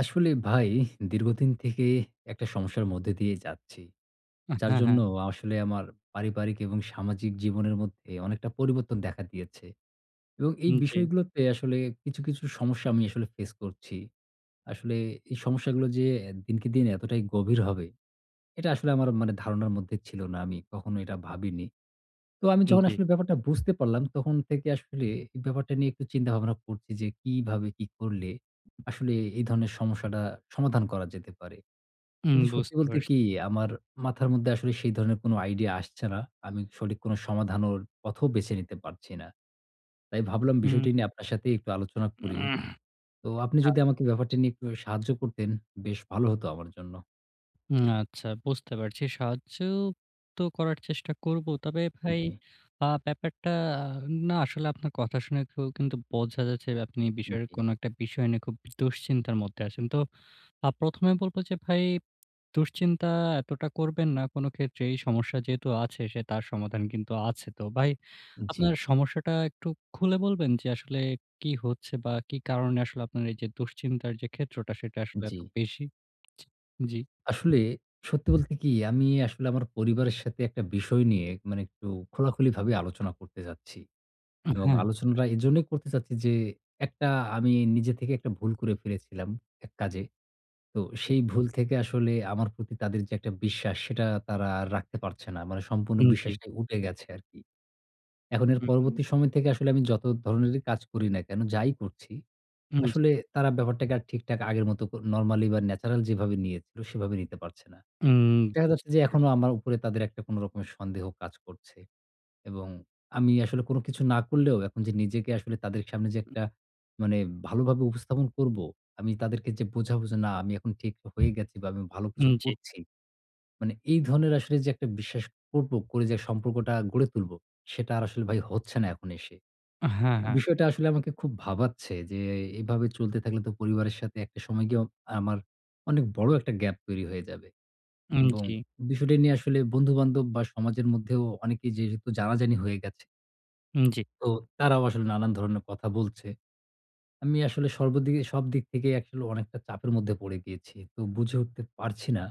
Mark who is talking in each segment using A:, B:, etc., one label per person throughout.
A: আসলে ভাই দীর্ঘদিন থেকে একটা সমস্যার মধ্যে দিয়ে যাচ্ছি। যার
B: হ্যাঁ,
A: জন্য
B: হ্যাঁ।
A: আসলে আমার পারিবারিক এবং সামাজিক জীবনের মধ্যে অনেকটা পরিবর্তন দেখা দিয়েছে। এবং এই
B: জি,
A: বিষয়গুলোতে আসলে কিছু, কিছু সমস্যা আমি আসলে ফেস করছি। আসলে এই সমস্যাগুলো যে দিনকে দিন এতটাই গভীর হবে, এটা আসলে আমার ধারণার মধ্যে ছিল না। আমি কখনো এটা ভাবিনি। তো আমি যখন
B: জি।
A: আসলে ব্যাপারটা বুঝতে পারলাম, তখন থেকে আসলে এই ব্যাপারটা নিয়ে একটু চিন্তাভাবনা করছি যে কিভাবে কি করলে আসলে এই ধরনের সমস্যাটা সমাধান করা যেতে পারে। কিন্তু সত্যি
B: বুঝতে
A: বলতে
B: পারছি।
A: কি, আমার মাথার মধ্যে আসলে সেই ধরনের কোনো আইডিয়া আসছে না। আমি সঠিক কোনো সমাধান ওর পথও বেছে নিতে পারছি না। তাই ভাবলাম
B: হুম।
A: বিষয়টি নিয়ে আপনার সাথে একটু আলোচনা করি। তো আপনি
B: আ
A: যদি আমাকে ব্যাপারটি নিয়ে একটু সাহায্য করতেন, বেশ ভালো হতো আমার জন্য।
B: উম আচ্ছা বুঝতে পারছি। সাহায্য তো করার চেষ্টা করব। তবে ভাই,
A: জি,
B: ব্যাপারটা না আসলে আপনার কথা শুনে খুব কিন্তু বোঝা যাচ্ছে আপনি বিষয়ের
A: জি,
B: কোনো একটা বিষয় নিয়ে খুব দুশ্চিন্তার মধ্যে আছেন। তো ১ম এ বলব যে ভাই, দুশ্চিন্তা এতটা করবেন না কোনো ক্ষেত্রে। এই সমস্যা যেহেতু আছে সে তার সমাধান কিন্তু আছে তো। ভাই,
A: জি,
B: আপনার সমস্যাটা একটু খুলে বলবেন যে আসলে কি হচ্ছে বা কি কারণে আসলে আপনার এই যে দুশ্চিন্তার যে ক্ষেত্রটা সেটা আসলে
A: জি।
B: এত বেশি? জি।
A: আসলে সত্যি বলতে কি, আমি আসলে আমার পরিবারের সাথে একটা বিষয় নিয়ে একটু খোলাখুলিভাবে আলোচনা করতে চাচ্ছি। এবং
B: হ্যাঁ,
A: আলোচনাটা এজন্যই করতে চাচ্ছি যে, একটা আমি নিজে থেকে একটা ভুল করে ফেলেছিলাম এক কাজে। তো সেই ভুল থেকে আসলে আমার প্রতি তাদের যে একটা বিশ্বাস, সেটা তারা আর রাখতে পারছে না। মানে সম্পূর্ণ
B: জি।
A: বিশ্বাসটাই উঠে গেছে আরকি। এখন এর
B: হুম,
A: পরবর্তী সময় থেকে আসলে আমি যত ধরনেরই কাজ করি না কেন, যাই করছি,
B: হুম, জি।
A: আসলে তারা ব্যাপারটাকে আর ঠিকঠাক আগের মতো নরমালি বা ন্যাচারাল যেভাবে নিয়েছিল সেভাবে নিতে পারছে না। দেখা যাচ্ছে
B: বুঝতে
A: যে, এখনো
B: পারছি।
A: আমার উপরে তাদের একটা কোন রকমের সন্দেহ কাজ করছে। এবং আমি আসলে কোনো কিছু না করলেও এখন যে নিজেকে আসলে তাদের সামনে যে একটা মানে ভালোভাবে উপস্থাপন করব, আমি তাদেরকে যে বোঝাবো যে না, আমি এখন ঠিক হয়ে গেছি বা আমি ভালো কিছু
B: জি।
A: করছি। মানে এই ধরনের আসলে যে একটা বিশ্বাস করে যে সম্পর্কটা গড়ে তুলব, সেটা আর আসলে ভাই হচ্ছে না এখন এসে।
B: হ্যাঁ,
A: তো
B: হ্যাঁ।
A: বিষয়টা আসলে আমাকে খুব ভাবাচ্ছে যে, এভাবে চলতে থাকলে তো পরিবারের সাথে একটা সময় গিয়ে আমার অনেক বড় একটা গ্যাপ তৈরি হয়ে যাবে। এবং
B: জি,
A: বিষয়টা নিয়ে আসলে বন্ধু-বান্ধব বা সমাজের মধ্যেও অনেকেই যেহেতু জানাজানি হয়ে গেছে,
B: জি।
A: তো তারাও আসলে নানান ধরনের কথা বলছে। আমি আসলে সর্বদিকে, সব দিক থেকেই আসলে অনেকটা চাপের মধ্যে পড়ে গিয়েছি। তো বুঝে উঠতে পারছি না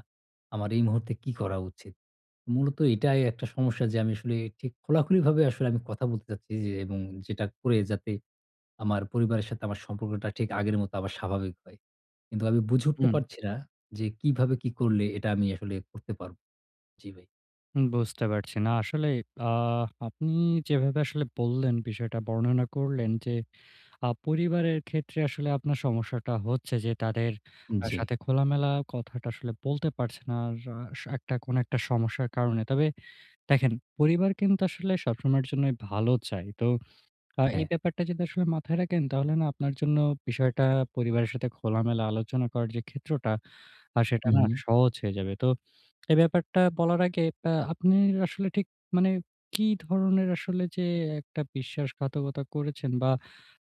A: আমার এই মুহূর্তে কি করা উচিত। মূলত এটাই একটা সমস্যা যে, আমি আসলে ঠিক খোলাখুলিভাবে আসলে আমি কথা বলতে চাচ্ছি যে, এবং যেটা করে যাতে আমার পরিবারের সাথে আমার সম্পর্কটা ঠিক আগের মতো আবার স্বাভাবিক হয়। কিন্তু আমি বুঝে উঠতে
B: হুম,
A: পারছি না যে, কিভাবে কি করলে এটা আমি আসলে করতে পারব। জি ভাই।
B: বুঝতে পারছি। না আসলে, আ আপনি যেভাবে আসলে বললেন বিষয়টা বর্ণনা করলেন যে পরিবারের ক্ষেত্রে আসলে আপনার সমস্যাটা হচ্ছে যে তাদের
A: জি।
B: সাথে খোলামেলা কথাটা আসলে বলতে পারছে না। আর একটা কোনো একটা সমস্যার কারণে। তবে দেখেন, পরিবার কিন্তু আসলে সবসময়ের জন্যই ভালো চায়। তো এই
A: হ্যাঁ।
B: ব্যাপারটা যদি আসলে মাথায় রাখেন, তাহলে না আপনার জন্য বিষয়টা পরিবারের সাথে খোলামেলা আলোচনা করার যে ক্ষেত্রটা, সেটা
A: হু,
B: না
A: হু।
B: সহজ হয়ে যাবে। তো এই ব্যাপারটা বলার আগে আপনি আসলে ঠিক, মানে কি ধরনের আসলে যে একটা বিশ্বাসঘাতকতা করেছেন বা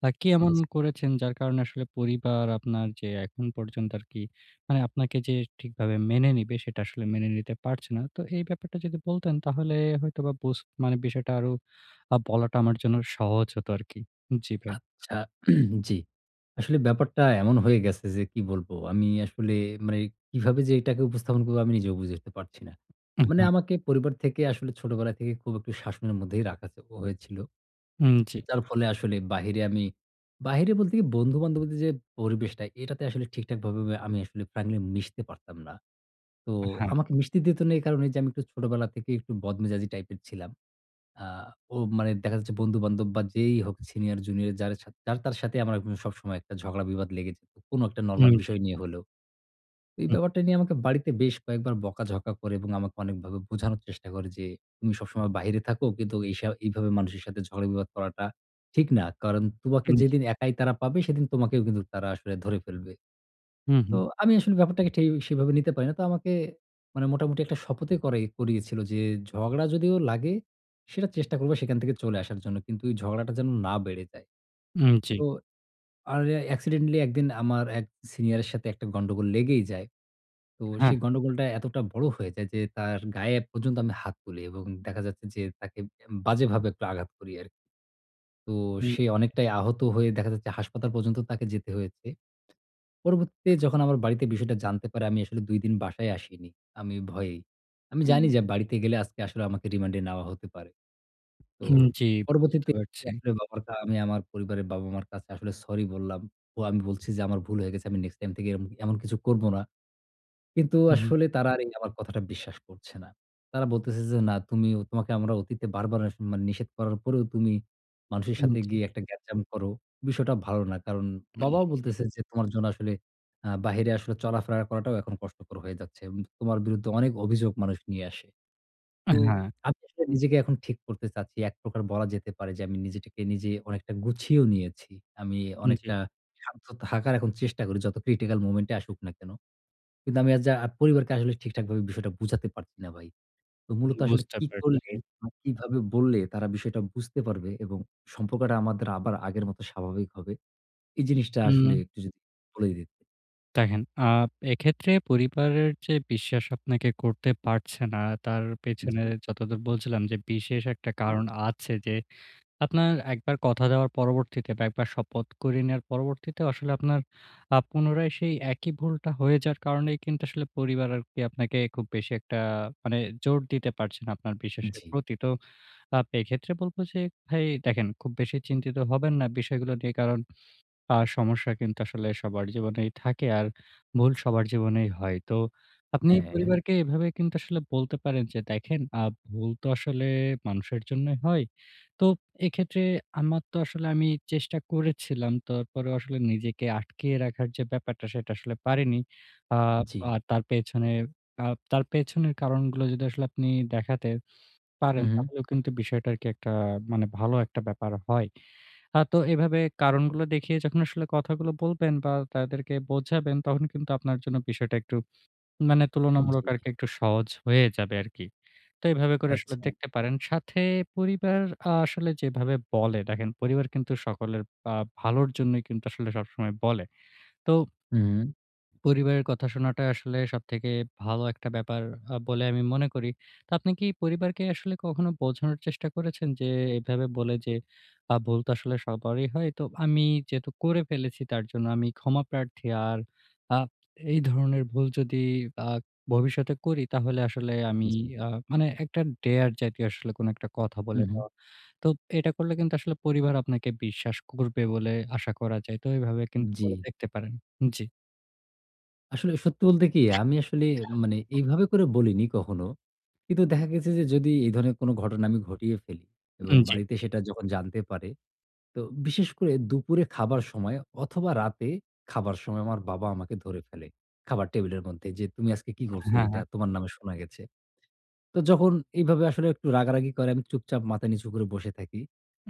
B: কি এমন করেছেন যার কারণে আসলে পরিবার আপনার যে এখন পর্যন্ত আরকি, মানে আপনাকে যে ঠিকভাবে মেনে নিবে সেটা আসলে মেনে নিতে পারছে না। তো এই ব্যাপারটা যদি বলতেন তাহলে হয়তোবা মানে বিষয়টা আরো বলাটা আমার জন্য সহজ হতো আরকি। জি ভাই।
A: আচ্ছা। জি। আসলে ব্যাপারটা এমন হয়ে গেছে যে কি বলবো? আমি আসলে মানে কিভাবে যে এটাকে উপস্থাপন করব, আমি নিজেও বুঝে উঠতে পারছি না। মানে
B: হ্যাঁ,
A: আমাকে পরিবার থেকে আসলে ছোটবেলা থেকে খুব একটু শাসনের মধ্যেই রাখা হয়েছিল।
B: জি।
A: যার ফলে আসলে বাহিরে আমি, বাহিরে বলতে কি, বন্ধু-বান্ধবদের যে পরিবেশটা, এটাতে আসলে ঠিকঠাকভাবে আমি আসলে frankly মিশতে পারতাম না। তো
B: হ্যাঁ,
A: আমাকে মিশতে দিত না এই কারণে যে, আমি একটু ছোটবেলা থেকে একটু বদমেজাজি টাইপের ছিলাম। আ ও মানে দেখা যাচ্ছে, বন্ধু-বান্ধব বা যেই হোক, সিনিয়র জুনিয়র, যার সাথে যার তার সাথে আমার একদম সবসময় একটা ঝগড়া বিবাদ লেগে যেত। কোন একটা নরমাল
B: জি,
A: বিষয় নিয়ে হলেও। তো এই
B: উম
A: ব্যাপারটা নিয়ে আমাকে বাড়িতে বেশ কয়েকবার বকাঝকা করে এবং আমাকে অনেকভাবে বোঝানোর চেষ্টা করে যে, "তুমি সবসময় বাহিরে থাকো, কিন্তু এইভাবে মানুষের সাথে ঝগড়া বিবাদ করাটা ঠিক না। কারণ তোমাকে
B: উম জি,
A: যেদিন একাই তারা পাবে, সেদিন তোমাকেও কিন্তু তারা আসলে ধরে ফেলবে।"
B: হুম,
A: তো
B: হুম,
A: আমি আসলে ব্যাপারটাকে ঠেই সেভাবে নিতে পারি না। তো আমাকে মোটামুটি একটা শপথে করে করিয়েছিল যে, ঝগড়া যদিও লাগে, সেটা চেষ্টা করব সেখান থেকে চলে আসার জন্য। কিন্তু ওই ঝগড়াটা যেন না বেড়ে যায়।
B: জি,
A: তো আর অ্যাক্সিডেন্টালি একদিন আমার এক সিনিয়রের সাথে একটা গন্ডগোল লেগেই যায়। তো
B: হ্যাঁ,
A: সেই গন্ডগোলটা এতটা বড় হয়ে যায় যে, তার গায়ে পর্যন্ত আমি হাত তুলি, এবং দেখা যাচ্ছে যে, তাকে বাজেভাবে একটু আঘাত করি আরকি। তো
B: হুম,
A: সে অনেকটাই আহত হয়ে, দেখা যাচ্ছে হাসপাতাল পর্যন্ত তাকে যেতে হয়েছে। পরবর্তীতে যখন আমার বাড়িতে বিষয়টা জানতে পারে, আমি আসলে ২ দিন বাসায় আসিনি। আমি ভয়েই। আমি
B: হুম,
A: জানি যে, বাড়িতে গেলে আজকে আসলে আমাকে রিমান্ডে নেওয়া হতে পারে। তো
B: উম জি, বুঝতে
A: পরবর্তীতে
B: পারছি।
A: আসলে বাবার কা আমি আমার পরিবারের বাবা-মার কাছে আসলে সরি বললাম। ও আমি বলছি যে, আমার ভুল হয়ে গেছে। আমি নেক্সট টাইম থেকে এমন কিছু করব না। কিন্তু
B: হুম, হুম,
A: আসলে তারা আর এই আমার কথাটা বিশ্বাস করছে না। তারা বলতেছে যে, "না, তোমাকে আমরা অতীতে বারবার মানে নিষেধ করার পরেও তুমি মানুষের সাথে
B: জি,
A: গিয়ে একটা গ্যাঞ্জাম করো। বিষয়টা ভালো না।" কারণ বাবাও বলতেছে যে, "তোমার জন্য আসলে বাহিরে আসলে চলাফেরা করাটাও এখন কষ্টকর হয়ে যাচ্ছে। তোমার বিরুদ্ধে অনেক অভিযোগ মানুষ নিয়ে আসে।" তো
B: হ্যাঁ,
A: আমি আসলে নিজেকে এখন ঠিক করতে চাচ্ছি। এক প্রকার বলা যেতে পারে যে, আমি নিজেটাকে নিজে অনেকটা গুছিয়েও নিয়েছি। আমি
B: জি,
A: অনেকটা শান্ত থাকার এখন চেষ্টা করি, যত ক্রিটিক্যাল মোমেন্ট এ আসুক না কেন। কিন্তু আমি আজ পরিবারকে আসলে ঠিকঠাকভাবে বিষয়টা বুঝাতে পারছি না ভাই। তো মূলত আসলে
B: বুঝতে
A: কি করলে
B: পারছি।
A: বা কিভাবে বললে তারা বিষয়টা বুঝতে পারবে, এবং সম্পর্কটা আমাদের আবার আগের মতো স্বাভাবিক হবে? এই জিনিসটা আসলে
B: উম
A: একটু যদি বলে দিতেন।
B: দেখেন, এক্ষেত্রে পরিবারের যে বিশ্বাস আপনাকে করতে পারছে না, তার পেছনে
A: জি,
B: যতদূর বলছিলাম যে বিশেষ একটা কারণ আছে যে আপনার একবার কথা দেওয়ার পরবর্তীতে বা একবার শপথ করে নেওয়ার পরবর্তীতে আসলে আপনার পুনরায় সেই একই ভুলটা হয়ে যাওয়ার কারণেই কিন্তু আসলে পরিবার আরকি আপনাকে খুব বেশি একটা, মানে জোর দিতে পারছে না আপনার বিশ্বাসের
A: জি।
B: প্রতি। তো এক্ষেত্রে বলব যে ভাই দেখেন, খুব বেশি চিন্তিত হবেন না বিষয়গুলো নিয়ে। কারণ সমস্যা কিন্তু আসলে সবার জীবনেই থাকে, আর ভুল সবার জীবনেই হয়। তো আপনি
A: হ্যাঁ,
B: পরিবারকে এভাবে কিন্তু আসলে বলতে পারেন যে, "দেখেন, ভুল তো আসলে মানুষের জন্যই হয়। তো এক্ষেত্রে আমার তো আসলে আমি চেষ্টা করেছিলাম। তারপরেও আসলে নিজেকে আটকিয়ে রাখার যে ব্যাপারটা সেটা আসলে পারিনি। আ
A: জি।
B: আর তার পেছনে আ তার পেছনের কারণগুলো যদি আসলে আপনি দেখাতেন"
A: হু,
B: পারেন
A: হু।
B: তাহলেও কিন্তু বিষয়টা আরকি একটা, মানে ভালো একটা ব্যাপার হয়। তো এভাবে কারণগুলো দেখিয়ে যখন আসলে কথাগুলো বলবেন বা তাদেরকে বোঝাবেন তখন কিন্তু আপনার জন্য বিষয়টা একটু, মানে তুলনামূলক
A: জি।
B: আরকি একটু সহজ হয়ে যাবে আরকি। তো এভাবে করে আসলে
A: আচ্ছা।
B: দেখতে পারেন। সাথে পরিবার, আসলে যেভাবে বলে দেখেন পরিবার কিন্তু সকলের আ ভালোর জন্যই কিন্তু আসলে সবসময় বলে। তো
A: হু, হু।
B: পরিবারের কথা শোনাটা আসলে সবথেকে ভালো একটা ব্যাপার বলে আমি মনে করি। তো আপনি কি পরিবারকে আসলে কখনো বোঝানোর চেষ্টা করেছেন যে এভাবে বলে যে ভুল তো আসলে সবারই হয়। তো আমি যেহেতু করে ফেলেছি তার জন্য আমি ক্ষমা প্রার্থী। আর আ এই ধরনের ভুল যদি আ ভবিষ্যতে করি তাহলে আসলে আমি,
A: জি।
B: আ মানে একটা ডেয়ার জাতীয় আসলে কোনো একটা কথা
A: হু,
B: বলে
A: হু।
B: দেওয়া। তো এটা করলে কিন্তু আসলে পরিবার আপনাকে বিশ্বাস করবে বলে আশা করা যায়। তো এভাবে কিন্তু
A: জি।
B: বলে দেখতে পারেন। জি,
A: আসলে সত্যি বলতে কি, আমি আসলে এইভাবে করে বলিনি কখনো। কিন্তু দেখা গেছে যে, যদি এই ধরনের কোনো ঘটনা আমি ঘটিয়ে ফেলি এবং
B: জি।
A: বাড়িতে সেটা যখন জানতে পারে, তো বিশেষ করে দুপুরে খাবার সময় অথবা রাতে খাবার সময় আমার বাবা আমাকে ধরে ফেলে। খাবার টেবিলের মধ্যে যে, "তুমি আজকে কি করছো
B: হ্যাঁ,
A: এইটা?
B: হ্যাঁ।
A: তোমার নামে শোনা গেছে।" তো যখন এইভাবে আসলে একটু রাগারাগি করে, আমি চুপচাপ মাথা নিচু করে বসে থাকি,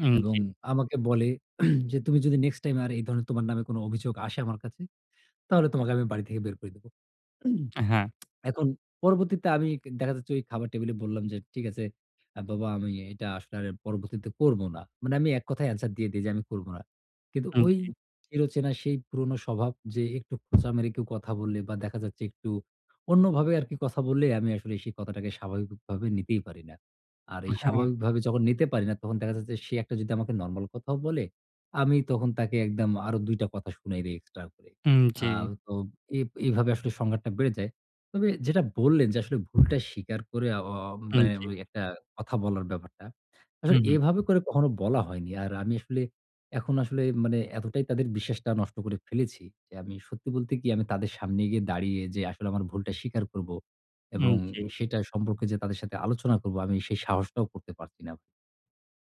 A: এবং
B: জি।
A: আমাকে বলে যে, "তুমি যদি নেক্সট টাইম আর এই ধরনের তোমার নামে কোনো অভিযোগ আসে আমার কাছে, তাহলে তোমাকে আমি বাড়ি থেকে বের করে দেব।"
B: হ্যাঁ,
A: এখন পরবর্তীতে আমি, দেখা যাচ্ছে ওই খাবার টেবিলে বললাম যে, "ঠিক আছে বাবা, আমি এটা আসলে আর পরবর্তীতে করব না।" মানে আমি এক কথায় অ্যানসার দিয়ে দেই যে, "আমি করব না।" কিন্তু ওই
B: জি।
A: চিরচেনা সেই পুরনো স্বভাব যে, একটু খোঁচা মেরে কেউ কথা বললে বা দেখা যাচ্ছে একটু অন্যভাবে আরকি কথা বললে আমি আসলে সেই কথাটাকে স্বাভাবিকভাবে নিতেই পারি না। আর এই
B: হ্যাঁ,
A: স্বাভাবিকভাবে যখন নিতে পারি না, তখন দেখা যাচ্ছে সে একটা যদি আমাকে নরমাল কথাও বলে, আমি তখন তাকে একদম আরো ২ টা কথা শুনাই দেই এক্সট্রা করে। আ
B: জি,
A: তো এ এভাবে আসলে সংঘাতটা বেড়ে যায়। তবে যেটা বললেন যে আসলে ভুলটা স্বীকার করে আ অ মানে
B: জি।
A: ওই একটা কথা বলার ব্যাপারটা।
B: হুম,
A: আসলে
B: হুম,
A: এভাবে করে কখনো বলা হয়নি। আর আমি আসলে এখন আসলে এতটাই তাদের বিশ্বাসটা নষ্ট করে ফেলেছি যে, আমি সত্যি বলতে কি, আমি তাদের সামনে গিয়ে দাঁড়িয়ে যে আসলে আমার ভুলটা স্বীকার করব এবং
B: জি।
A: সেটা সম্পর্কে যে তাদের সাথে আলোচনা করব, আমি সেই সাহসটাও করতে পারছি না।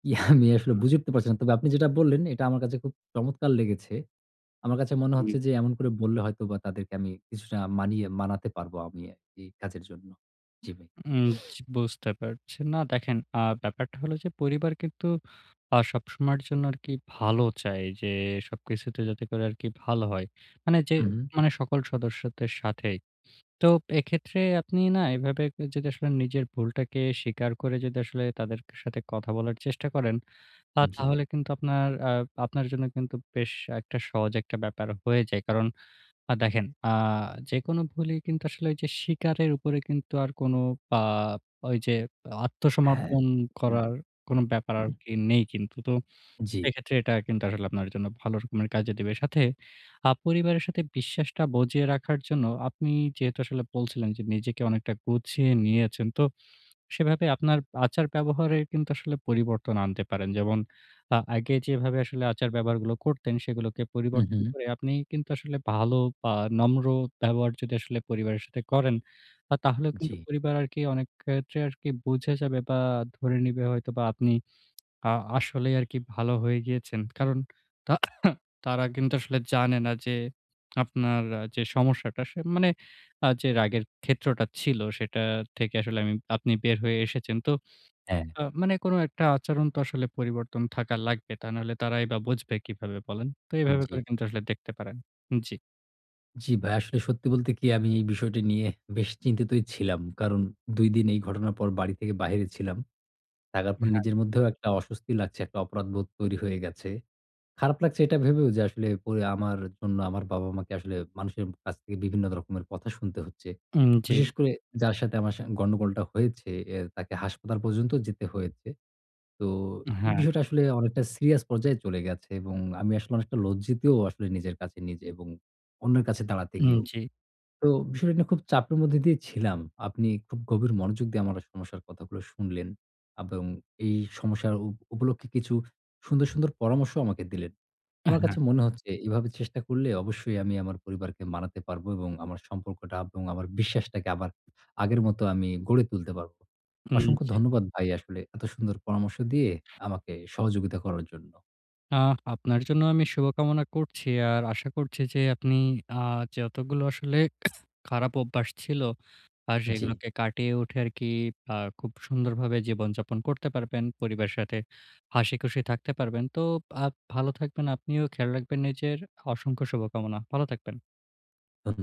A: কি আমি আসলে
B: হুম,
A: বুঝে উঠতে পারছি না। তবে আপনি যেটা বললেন, এটা আমার কাছে খুব চমৎকার লেগেছে। আমার কাছে মনে
B: হুম,
A: হচ্ছে যে, এমন করে বললে হয়তোবা তাদেরকে আমি কিছুটা মানাতে পারবো আমি এই কাজের জন্য। জি ভাই।
B: উম জি, বুঝতে পারছি। না দেখেন, ব্যাপারটা হলো যে পরিবার কিন্তু সবসময়ের জন্য আরকি ভালো চায় যে সবকিছুতে যাতে করে আরকি ভালো হয়। মানে যে,
A: হু, হু।
B: মানে সকল সদস্যদের সাথেই। তো এক্ষেত্রে আপনি না এভাবে যদি আসলে নিজের ভুলটাকে স্বীকার করে যদি আসলে তাদের সাথে কথা বলার চেষ্টা করেন
A: জি।
B: তাহলে কিন্তু আপনার জন্য কিন্তু বেশ একটা সহজ একটা ব্যাপার হয়ে যায়। কারণ দেখেন, যেকোনো ভুলই কিন্তু আসলে ওই যে স্বীকারের উপরে কিন্তু আর কোনো আ ওই যে
A: হ্যাঁ।
B: আত্মসমর্পণ
A: উম,
B: করার কোনো ব্যাপার আরকি নেই কিন্তু। তো
A: জি।
B: এক্ষেত্রে এটা কিন্তু আসলে আপনার জন্য ভালো রকমের কাজে দেবে। সাথে পরিবারের সাথে বিশ্বাসটা বজিয়ে রাখার জন্য আপনি যেহেতু আসলে বলছিলেন যে নিজেকে অনেকটা গুছিয়ে নিয়েছেন। তো সেভাবে আপনার আচার-ব্যবহারে কিন্তু আসলে পরিবর্তন আনতে পারেন। যেমন আগে যেভাবে আসলে আচার-ব্যবহারগুলো করতেন, সেগুলোকে
A: হু, হু।
B: পরিবর্তন করে আপনি কিন্তু আসলে ভালো বা নম্র ব্যবহার যদি আসলে পরিবারের সাথে করেন, তাহলেও কিন্তু
A: জি।
B: পরিবার আরকি অনেক ক্ষেত্রে আরকি বুঝে যাবে বা ধরে নিবে হয়তোবা আপনি আ আসলেই আরকি ভালো হয়ে গিয়েছেন। কারণ তা তারা কিন্তু আসলে জানে না যে আপনার যে সমস্যাটা সে, মানে যে রাগের ক্ষেত্রটা ছিল সেটা থেকে আসলে আপনি বের হয়ে এসেছেন। তো
A: হ্যাঁ।
B: মানে কোনো একটা আচরণ তো আসলে পরিবর্তন থাকা লাগবে। তা নাহলে তারাই বা বুঝবে কিভাবে বলেন? তো এভাবে
A: জি।
B: করে কিন্তু আসলে দেখতে পারেন। জি।
A: জি ভাই, আসলে সত্যি বলতে কি, আমি এই বিষয়টি নিয়ে বেশ চিন্তিতই ছিলাম। কারণ ২ দিন এই ঘটনার পর বাড়ি থেকে বাহিরে ছিলাম। থাকার পর
B: হ্যাঁ,
A: নিজের মধ্যেও একটা অস্বস্তি লাগছে, একটা অপরাধবোধ তৈরি হয়ে গেছে। খারাপ লাগছে এটা ভেবেও যে, আসলে পরে আমার জন্য আমার বাবা-মাকে আসলে মানুষের কাছ থেকে বিভিন্ন রকমের কথা শুনতে হচ্ছে।
B: জি।
A: বিশেষ করে যার সাথে আমার গন্ডগোলটা হয়েছে, তাকে হাসপাতাল পর্যন্ত যেতে হয়েছে। তো এই
B: হ্যাঁ,
A: বিষয়টা আসলে অনেকটা সিরিয়াস পর্যায়ে চলে গেছে, এবং আমি আসলে অনেকটা লজ্জিতও, আসলে নিজের কাছে নিজে এবং অন্যের কাছে দাঁড়াতে গিয়েও।
B: জি।
A: তো বিষয়টা নিয়ে খুব চাপের মধ্যে দিয়ে ছিলাম। আপনি খুব গভীর মনোযোগ দিয়ে আমার সমস্যার কথাগুলো শুনলেন এবং এই সমস্যার উপলক্ষে কিছু সুন্দর, সুন্দর পরামর্শ আমাকে দিলেন। আমার
B: হ্যাঁ,
A: কাছে মনে হচ্ছে এভাবে চেষ্টা করলে অবশ্যই আমি আমার পরিবারকে মানাতে পারবো এবং আমার সম্পর্কটা এবং আমার বিশ্বাসটাকে আবার আগের মতো আমি গড়ে তুলতে পারবো। অসংখ্য
B: জি।
A: ধন্যবাদ ভাই, আসলে এত সুন্দর পরামর্শ দিয়ে আমাকে সহযোগিতা করার জন্য।
B: আহ, আপনার জন্য আমি শুভকামনা করছি। আর আশা করছি যে আপনি আ যতগুলো আসলে খারাপ অভ্যাস ছিল, আর হুম, হুম।
A: জি,
B: সেগুলোকে কাটিয়ে উঠে আরকি, আ খুব সুন্দরভাবে জীবনযাপন করতে পারবেন। পরিবারের সাথে হাসিখুশি থাকতে পারবেন। তো আ ভালো থাকবেন। আপনিও খেয়াল রাখবেন নিজের। অসংখ্য শুভকামনা। ভালো থাকবেন।
A: ধন্য